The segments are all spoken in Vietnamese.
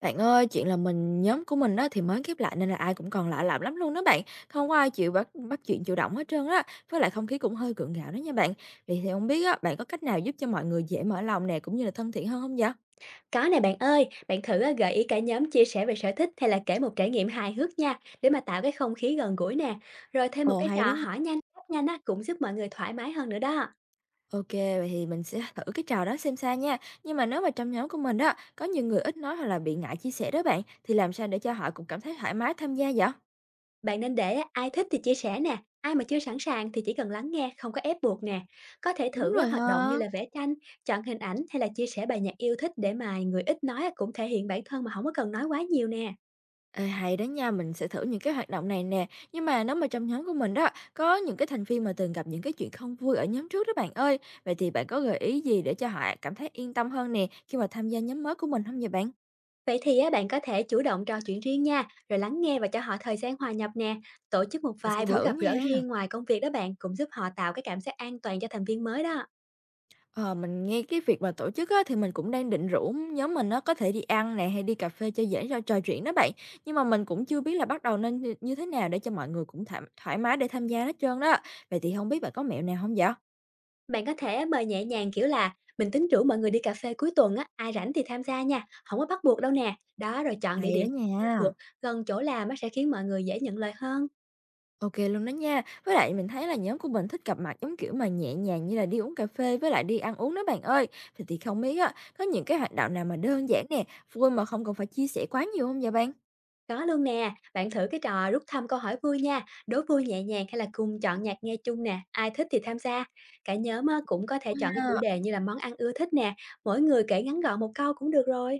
Bạn ơi, chuyện là mình nhóm của mình đó thì mới khép lại, nên là ai cũng còn lạ lẫm lắm luôn đó bạn. Không có ai chịu bắt bắt chuyện chủ động hết trơn á. Với lại không khí cũng hơi gượng gạo đó nha bạn. Vậy thì không biết á, bạn có cách nào giúp cho mọi người dễ mở lòng nè, cũng như là thân thiện hơn không vậy? Có nè bạn ơi, bạn thử gợi ý cả nhóm chia sẻ về sở thích hay là kể một trải nghiệm hài hước nha, để mà tạo cái không khí gần gũi nè. Rồi thêm một Ồ, cái hay đó trò nha. hỏi nhanh, đáp nhanh á, cũng giúp mọi người thoải mái hơn nữa đó. Ok, vậy thì mình sẽ thử cái trò đó xem sao nha. Nhưng mà nếu mà trong nhóm của mình đó có nhiều người ít nói hoặc là bị ngại chia sẻ đó bạn, thì làm sao để cho họ cũng cảm thấy thoải mái tham gia vậy? Bạn nên để á, ai thích thì chia sẻ nè, ai mà chưa sẵn sàng thì chỉ cần lắng nghe, không có ép buộc nè. Có thể Đúng thử á, rồi hoạt động như ha. là vẽ tranh, chọn hình ảnh hay là chia sẻ bài nhạc yêu thích để mà người ít nói á, cũng thể hiện bản thân mà không có cần nói quá nhiều nè. Ê, hay đó nha, mình sẽ thử những cái hoạt động này nè. Nhưng mà nếu mà trong nhóm của mình đó có những cái thành viên mà từng gặp những cái chuyện không vui ở nhóm trước đó bạn ơi, vậy thì bạn có gợi ý gì để cho họ cảm thấy yên tâm hơn nè khi mà tham gia nhóm mới của mình không vậy bạn? Vậy thì á, bạn có thể chủ động trò chuyện riêng nha, rồi lắng nghe và cho họ thời gian hòa nhập nè. Tổ chức một Mình sẽ vài buổi thử gặp gỡ nha. riêng ngoài công việc đó bạn cũng giúp họ tạo cái cảm giác an toàn cho thành viên mới đó. Ờ, mình nghe cái việc mà tổ chức á, thì mình cũng đang định rủ nhóm mình, nó có thể đi ăn nè hay đi cà phê cho dễ cho trò chuyện đó bạn. Nhưng mà mình cũng chưa biết là bắt đầu nên như như thế nào để cho mọi người cũng thoải mái để tham gia hết trơn đó. Vậy thì không biết bạn có mẹo nào không vậy? Bạn có thể mời nhẹ nhàng kiểu là mình tính rủ mọi người đi cà phê cuối tuần á, ai rảnh thì tham gia nha, không có bắt buộc đâu nè. Đó rồi chọn địa Hay đó điểm nha. thuộc gần chỗ làm á, sẽ khiến mọi người dễ nhận lời hơn. OK luôn đó nha. Với lại mình thấy là nhóm của mình thích gặp mặt giống kiểu mà nhẹ nhàng, như là đi uống cà phê với lại đi ăn uống đó bạn ơi. Thì không biết á, có những cái hoạt động nào mà đơn giản nè, vui mà không cần phải chia sẻ quá nhiều không vậy bạn? Có luôn nè, bạn thử cái trò rút thăm câu hỏi vui nha, đố vui nhẹ nhàng hay là cùng chọn nhạc nghe chung nè, ai thích thì tham gia. Cả nhóm á, cũng có thể Đúng chọn cái ha. chủ đề như là món ăn ưa thích nè, mỗi người kể ngắn gọn một câu cũng được rồi.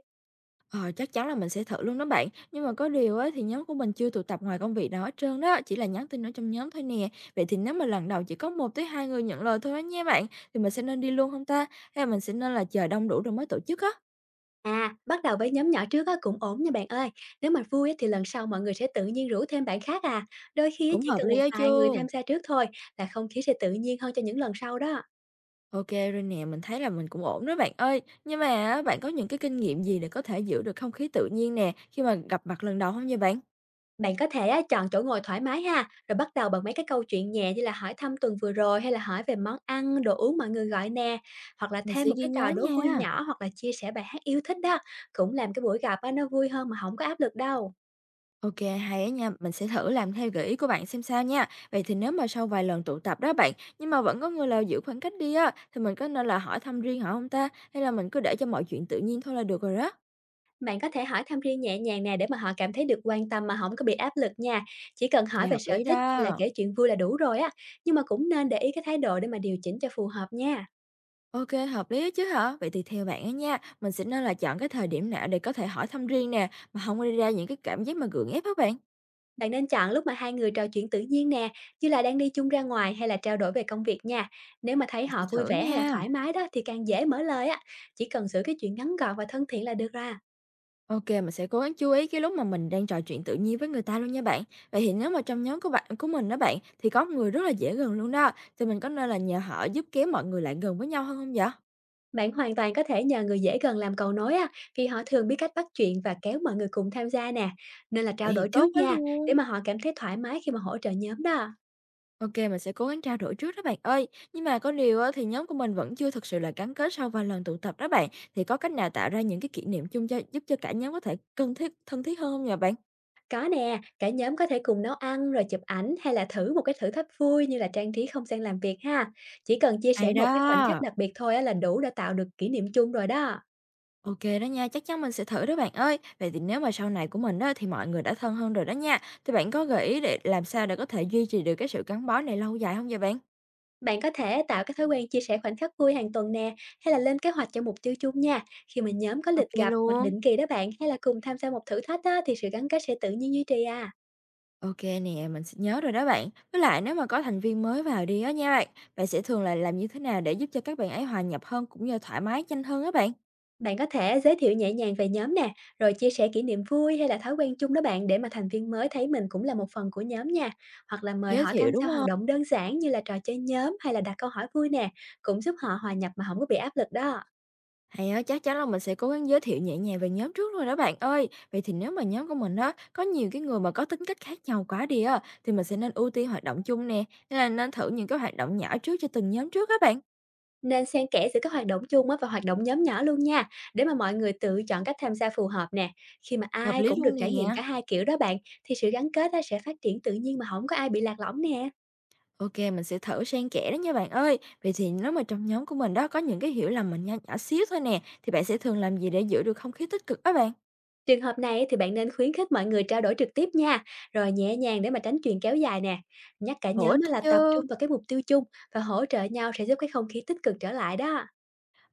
Ờ, chắc chắn là mình sẽ thử luôn đó bạn. Nhưng mà có điều á, thì nhóm của mình chưa tụ tập ngoài công việc nào hết trơn đó, chỉ là nhắn tin ở trong nhóm thôi nè. Vậy thì nếu mà lần đầu chỉ có một tới 2 người nhận lời thôi á nha bạn, thì mình sẽ nên đi luôn không ta? Hay là mình sẽ nên là chờ đông đủ rồi mới tổ chức á? À, bắt đầu với nhóm nhỏ trước á, cũng ổn nha bạn ơi. Nếu mà vui á, thì lần sau mọi người sẽ tự nhiên rủ thêm bạn khác à. Đôi khi á, Cũng chỉ hợp cần lý một á chứ. vài người tham gia trước thôi là không khí sẽ tự nhiên hơn cho những lần sau đó. OK rồi nè, mình thấy là mình cũng ổn đó bạn ơi. Nhưng mà á, bạn có những cái kinh nghiệm gì để có thể giữ được không khí tự nhiên nè, khi mà gặp mặt lần đầu không nha bạn? Bạn có thể á, chọn chỗ ngồi thoải mái ha, rồi bắt đầu bằng mấy cái câu chuyện nhẹ như là hỏi thăm tuần vừa rồi hay là hỏi về món ăn, đồ uống mọi người gọi nè, hoặc là Mình thêm sẽ một ghi cái trò nhớ đố vui nha. nhỏ hoặc là chia sẻ bài hát yêu thích đó, cũng làm cái buổi gặp á, nó vui hơn mà không có áp lực đâu. OK, hay á nha, mình sẽ thử làm theo gợi ý của bạn xem sao nha. Vậy thì nếu mà sau vài lần tụ tập đó bạn, nhưng mà vẫn có người là giữ khoảng cách đi á, thì mình có nên là hỏi thăm riêng họ không ta? Hay là mình cứ để cho mọi chuyện tự nhiên thôi là được rồi đó? Bạn có thể hỏi thăm riêng nhẹ nhàng nè, để mà họ cảm thấy được quan tâm mà không có bị áp lực nha. Chỉ cần hỏi Nghe về hợp sở lý thích hay là đó. kể chuyện vui là đủ rồi á, nhưng mà cũng nên để ý cái thái độ để mà điều chỉnh cho phù hợp nha. OK, hợp lý á chứ hả? Vậy thì theo bạn á nha, mình sẽ nên là chọn cái thời điểm nào để có thể hỏi thăm riêng nè, mà không gây ra những cái cảm giác mà gượng ép các bạn? Bạn nên chọn lúc mà hai người trò chuyện tự nhiên nè, như là đang đi chung ra ngoài hay là trao đổi về công việc nha. Nếu mà thấy Mình sẽ họ vui thử vẻ hay là nha. thoải mái đó, thì càng dễ mở lời á. Chỉ cần giữ cái chuyện ngắn gọn và thân thiện là được ra. OK, mình sẽ cố gắng chú ý cái lúc mà mình đang trò chuyện tự nhiên với người ta luôn nha bạn. Vậy thì nếu mà trong nhóm của bạn của mình đó bạn, thì có người rất là dễ gần luôn đó, thì mình có nên là nhờ họ giúp kéo mọi người lại gần với nhau hơn không vậy? Bạn hoàn toàn có thể nhờ người dễ gần làm cầu nối á, vì họ thường biết cách bắt chuyện và kéo mọi người cùng tham gia nè. Nên là Vậy trao thì đổi tốt trước quá nha, để luôn. mà họ cảm thấy thoải mái khi mà hỗ trợ nhóm đó. OK, mình sẽ cố gắng trao đổi trước đó bạn ơi. Nhưng mà có điều á, thì nhóm của mình vẫn chưa thực sự là gắn kết sau vài lần tụ tập đó bạn. Thì có cách nào tạo ra những cái kỷ niệm chung cho giúp cho cả nhóm có thể thân thiết hơn không nhờ bạn? Có nè, cả nhóm có thể cùng nấu ăn rồi chụp ảnh, hay là thử một cái thử thách vui như là trang trí không gian làm việc ha. Chỉ cần chia sẻ Hay một cái khoảnh khắc đó! đặc biệt thôi á, là đủ để tạo được kỷ niệm chung rồi đó. OK đó nha, chắc chắn mình sẽ thử đó bạn ơi. Vậy thì nếu mà sau này của mình đó, thì mọi người đã thân hơn rồi đó nha. Thì bạn có gợi ý để làm sao để có thể duy trì được cái sự gắn bó này lâu dài không vậy bạn? Bạn có thể tạo cái thói quen chia sẻ khoảnh khắc vui hàng tuần nè, hay là lên kế hoạch cho mục tiêu chung nha. Khi mà nhóm có OK lịch gặp mặt luôn. định kỳ đó bạn, hay là cùng tham gia một thử thách á, thì sự gắn kết sẽ tự nhiên duy trì à. OK nè, mình sẽ nhớ rồi đó bạn. Với lại nếu mà có thành viên mới vào đi á nha bạn, bạn sẽ thường là làm như thế nào để giúp cho các bạn ấy hòa nhập hơn, cũng như thoải mái nhanh hơn á bạn? Bạn có thể giới thiệu nhẹ nhàng về nhóm nè, rồi chia sẻ kỷ niệm vui hay là thói quen chung đó bạn, để mà thành viên mới thấy mình cũng là một phần của nhóm nha. Hoặc là mời Giới họ thiệu tham gia đúng hoạt không? động đơn giản như là trò chơi nhóm hay là đặt câu hỏi vui nè, cũng giúp họ hòa nhập mà không có bị áp lực đó. Hay á, chắc chắn là mình sẽ cố gắng giới thiệu nhẹ nhàng về nhóm trước rồi đó bạn ơi. Vậy thì nếu mà nhóm của mình á, có nhiều cái người mà có tính cách khác nhau quá đi á, thì mình sẽ nên ưu tiên hoạt động chung nè, hay là nên thử những cái hoạt động nhỏ trước cho từng nhóm trước các bạn? Nên xen kẽ giữa các hoạt động chung á và hoạt động nhóm nhỏ luôn nha, để mà mọi người tự chọn cách tham gia phù hợp nè. Khi mà Hợp ai lý cũng được luôn trải nghiệm nè. cả hai kiểu đó bạn, thì sự gắn kết á sẽ phát triển tự nhiên mà không có ai bị lạc lõng nè. OK, mình sẽ thử xen kẽ đó nha bạn ơi. Vậy thì nếu mà trong nhóm của mình đó có những cái hiểu lầm mình nho nhỏ xíu thôi nè, thì bạn sẽ thường làm gì để giữ được không khí tích cực á bạn? Trường hợp này thì bạn nên khuyến khích mọi người trao đổi trực tiếp nha, rồi nhẹ nhàng để mà tránh chuyện kéo dài nè. Nhắc cả Hữu nhóm ích á đó là tập chứ. trung vào cái mục tiêu chung và hỗ trợ nhau, sẽ giúp cái không khí tích cực trở lại đó.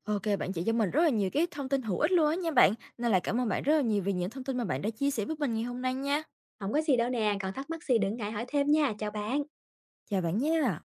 OK, bạn chỉ cho mình rất là nhiều cái thông tin hữu ích luôn á nha bạn. Nên là cảm ơn bạn rất là nhiều vì những thông tin mà bạn đã chia sẻ với mình ngày hôm nay nha. Không có gì đâu nè, còn thắc mắc gì đừng ngại hỏi thêm nha, chào bạn. Chào bạn nha.